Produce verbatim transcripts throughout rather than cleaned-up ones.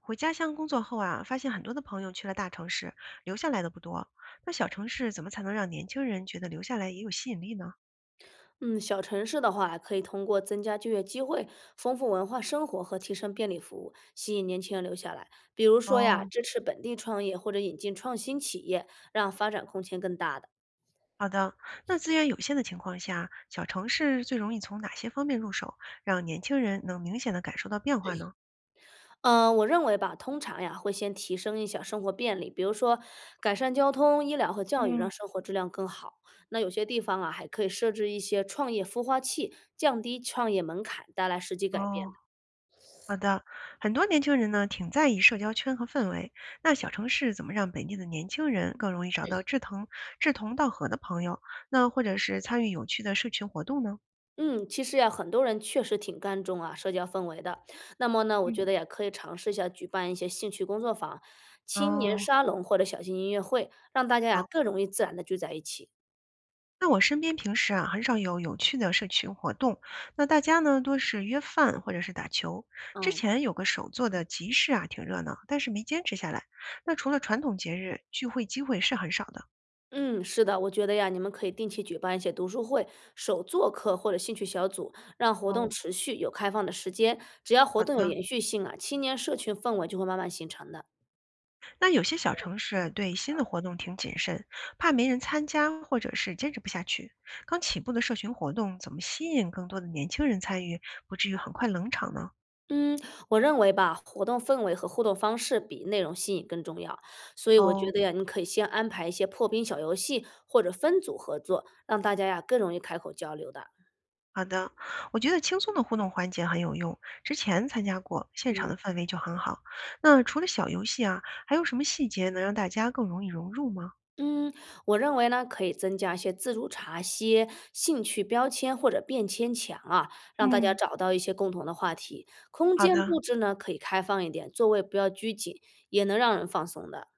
回家乡工作后啊，发现很多的朋友去了大城市，留下来的不多。那小城市怎么才能让年轻人觉得留下来也有吸引力呢？嗯，小城市的话，可以通过增加就业机会、丰富文化生活和提升便利服务，吸引年轻人留下来。比如说呀，哦，支持本地创业或者引进创新企业，让发展空间更大的。好的。那资源有限的情况下，小城市最容易从哪些方面入手，让年轻人能明显的感受到变化呢？嗯、我认为吧，通常呀会先提升一下生活便利，比如说改善交通、医疗和教育，让嗯，生活质量更好。那有些地方啊，还可以设置一些创业孵化器，降低创业门槛，带来实际改哦，变。好的。很多年轻人呢，挺在意社交圈和氛围。那小城市怎么让本地的年轻人更容易找到志同志同道合的朋友，那或者是参与有趣的社群活动呢？嗯，其实呀，很多人确实挺看重啊社交氛围的。那么呢，我嗯，觉得也可以尝试一下举办一些兴趣工作坊、青年哦，沙龙或者小型音乐会，让大家呀好。更容易自然的聚在一起。那我身边平时啊，很少有有趣的社群活动，那大家呢多是约饭或者是打球。之嗯前有个手作的集市啊，挺热闹，但是没坚持下来。那除了传统节日，聚会机会是很少的。嗯，是的，我觉得呀，你们可以定期举办一些读书会、手作课或者兴趣小组，让活动哦，持续有开放的时间。只要好活动有的。延续性啊，青年社群氛围就会慢慢形成的。那有些小城市对新的活动挺谨慎，怕没人参加或者是坚持不下去。刚起步的社群活动，怎么吸引更多的年轻人参与，不至于很快冷场呢？嗯，我认为吧，活动氛围和互动方式比内容吸引更重要，所以我觉哦，得呀，你可以先安排一些破冰小游戏或者分组合作，让大家呀更容易开口交流的。好的，我觉得轻松的互动环节很有用，之前参加过，现场嗯的氛围就很好。那除了小游戏啊，还有什么细节能让大家更容易融入吗？嗯，我认为呢，可以增加一些自助茶歇、兴趣标签或者便签墙啊，让大家嗯，找到一些共同的话题。空好间的，布置呢，可以开放一点，座位不要拘谨，也能让人放松的。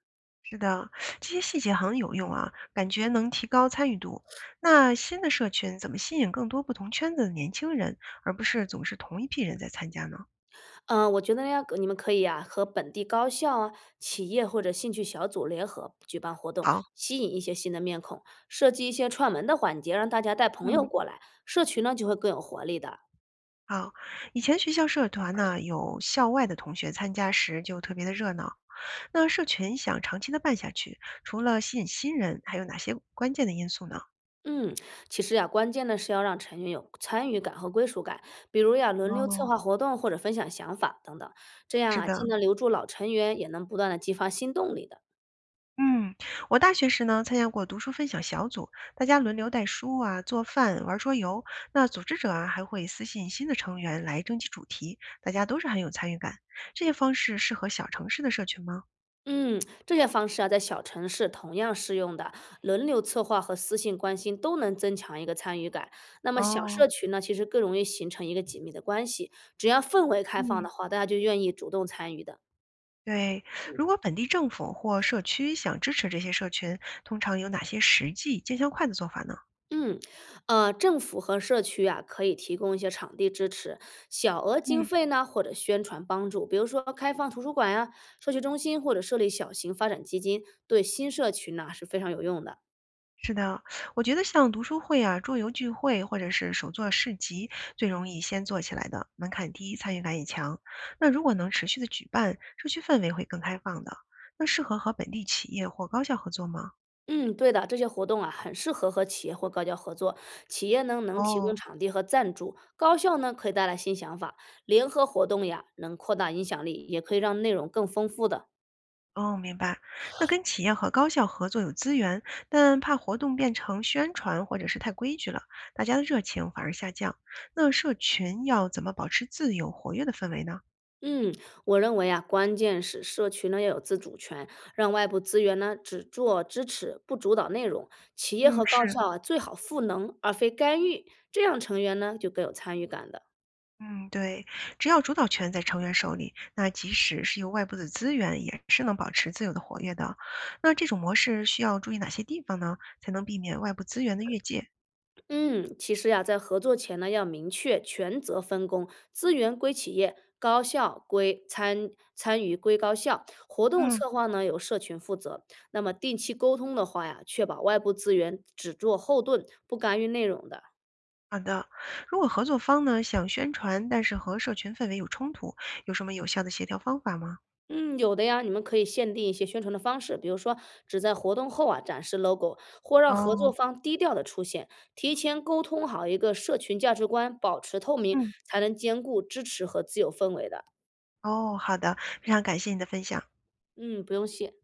是的，这些细节很有用啊，感觉能提高参与度。那新的社群怎么吸引更多不同圈子的年轻人，而不是总是同一批人在参加呢？嗯，我觉得要你们可以啊，和本地高校啊、企业或者兴趣小组联合举办活动，好。吸引一些新的面孔，设计一些串门的环节，让大家带朋友嗯，过来，社群呢就会更有活力的。好，以前学校社团呢，有校外的同学参加时就特别的热闹，那社群想长期的办下去，除了吸引新人，还有哪些关键的因素呢？嗯，其实呀、关键呢是要让成员有参与感和归属感，比如呀、轮流哦，策划活动或者分享想法等等，这样是啊，的，既能留住老成员，也能不断的激发新动力的。嗯，我大学时呢参加过读书分享小组，大家轮流带书啊、做饭、玩桌游。那组织者啊还会私信新的成员来征集主题，大家都是很有参与感。这些方式适合小城市的社群吗？嗯，这些方式啊，在小城市同样适用的，轮流策划和私信关心都能增强一个参与感。那么小哦，社群呢，其实更容易形成一个紧密的关系，只要氛围开放嗯，的话，大家就愿意主动参与的。对，如果本地政府或社区想支持这些社群，通常有哪些实际、见效快的做法呢？嗯，呃，政府和社区啊，可以提供一些场地支持，小额经嗯。费呢，或者宣传帮助，比如说开放图书馆呀、社区中心，或者设立小型发展基金，对新社群呢是非常有用的。是的，我觉得像读书会啊、桌游聚会或者是手作市集，最容易先做起来的，门槛低，参与感也强。那如果能持续的举办，社区氛围会更开放的。那适合和本地企业或高校合作吗？嗯，对的，这些活动啊，很适合和企业或高校合作。企业呢，能提供哦，场地和赞助；高校呢，可以带来新想法。联合活动呀，能扩大影响力，也可以让内容更丰富的。哦，明白。那跟企业和高校合作有资源，但怕活动变成宣传或者是太规矩了，大家的热情反而下降。那社群要怎么保持自由活跃的氛围呢？嗯，我认为啊，关键是社区呢要有自主权，让外部资源呢只做支持，不主导内容。企业嗯，和高是。校啊，最好赋能而非干预，这样成员呢就更有参与感的。嗯，对，只要主导权在成员手里，那即使是由外部的资源，也是能保持自由的活跃的。那这种模式需要注意哪些地方呢？才能避免外部资源的越界？嗯，其实呀，在合作前呢，要明确权责分工，资源归企业，高校归参参与归高校，活动嗯，策划呢由社群负责。那么定期沟通的话呀，确保外部资源只做后盾，不干预内容的。好的，如果合作方呢想宣传，但是和社群氛围有冲突，有什么有效的协调方法吗？嗯，有的呀，你们可以限定一些宣传的方式，比如说只在活动后啊展示 logo，或让合作哦，方低调的出现。提前沟通好一个社群价值观，保持透明，嗯，才能兼顾支持和自由氛围的。哦，好的，非常感谢你的分享。嗯，不用谢。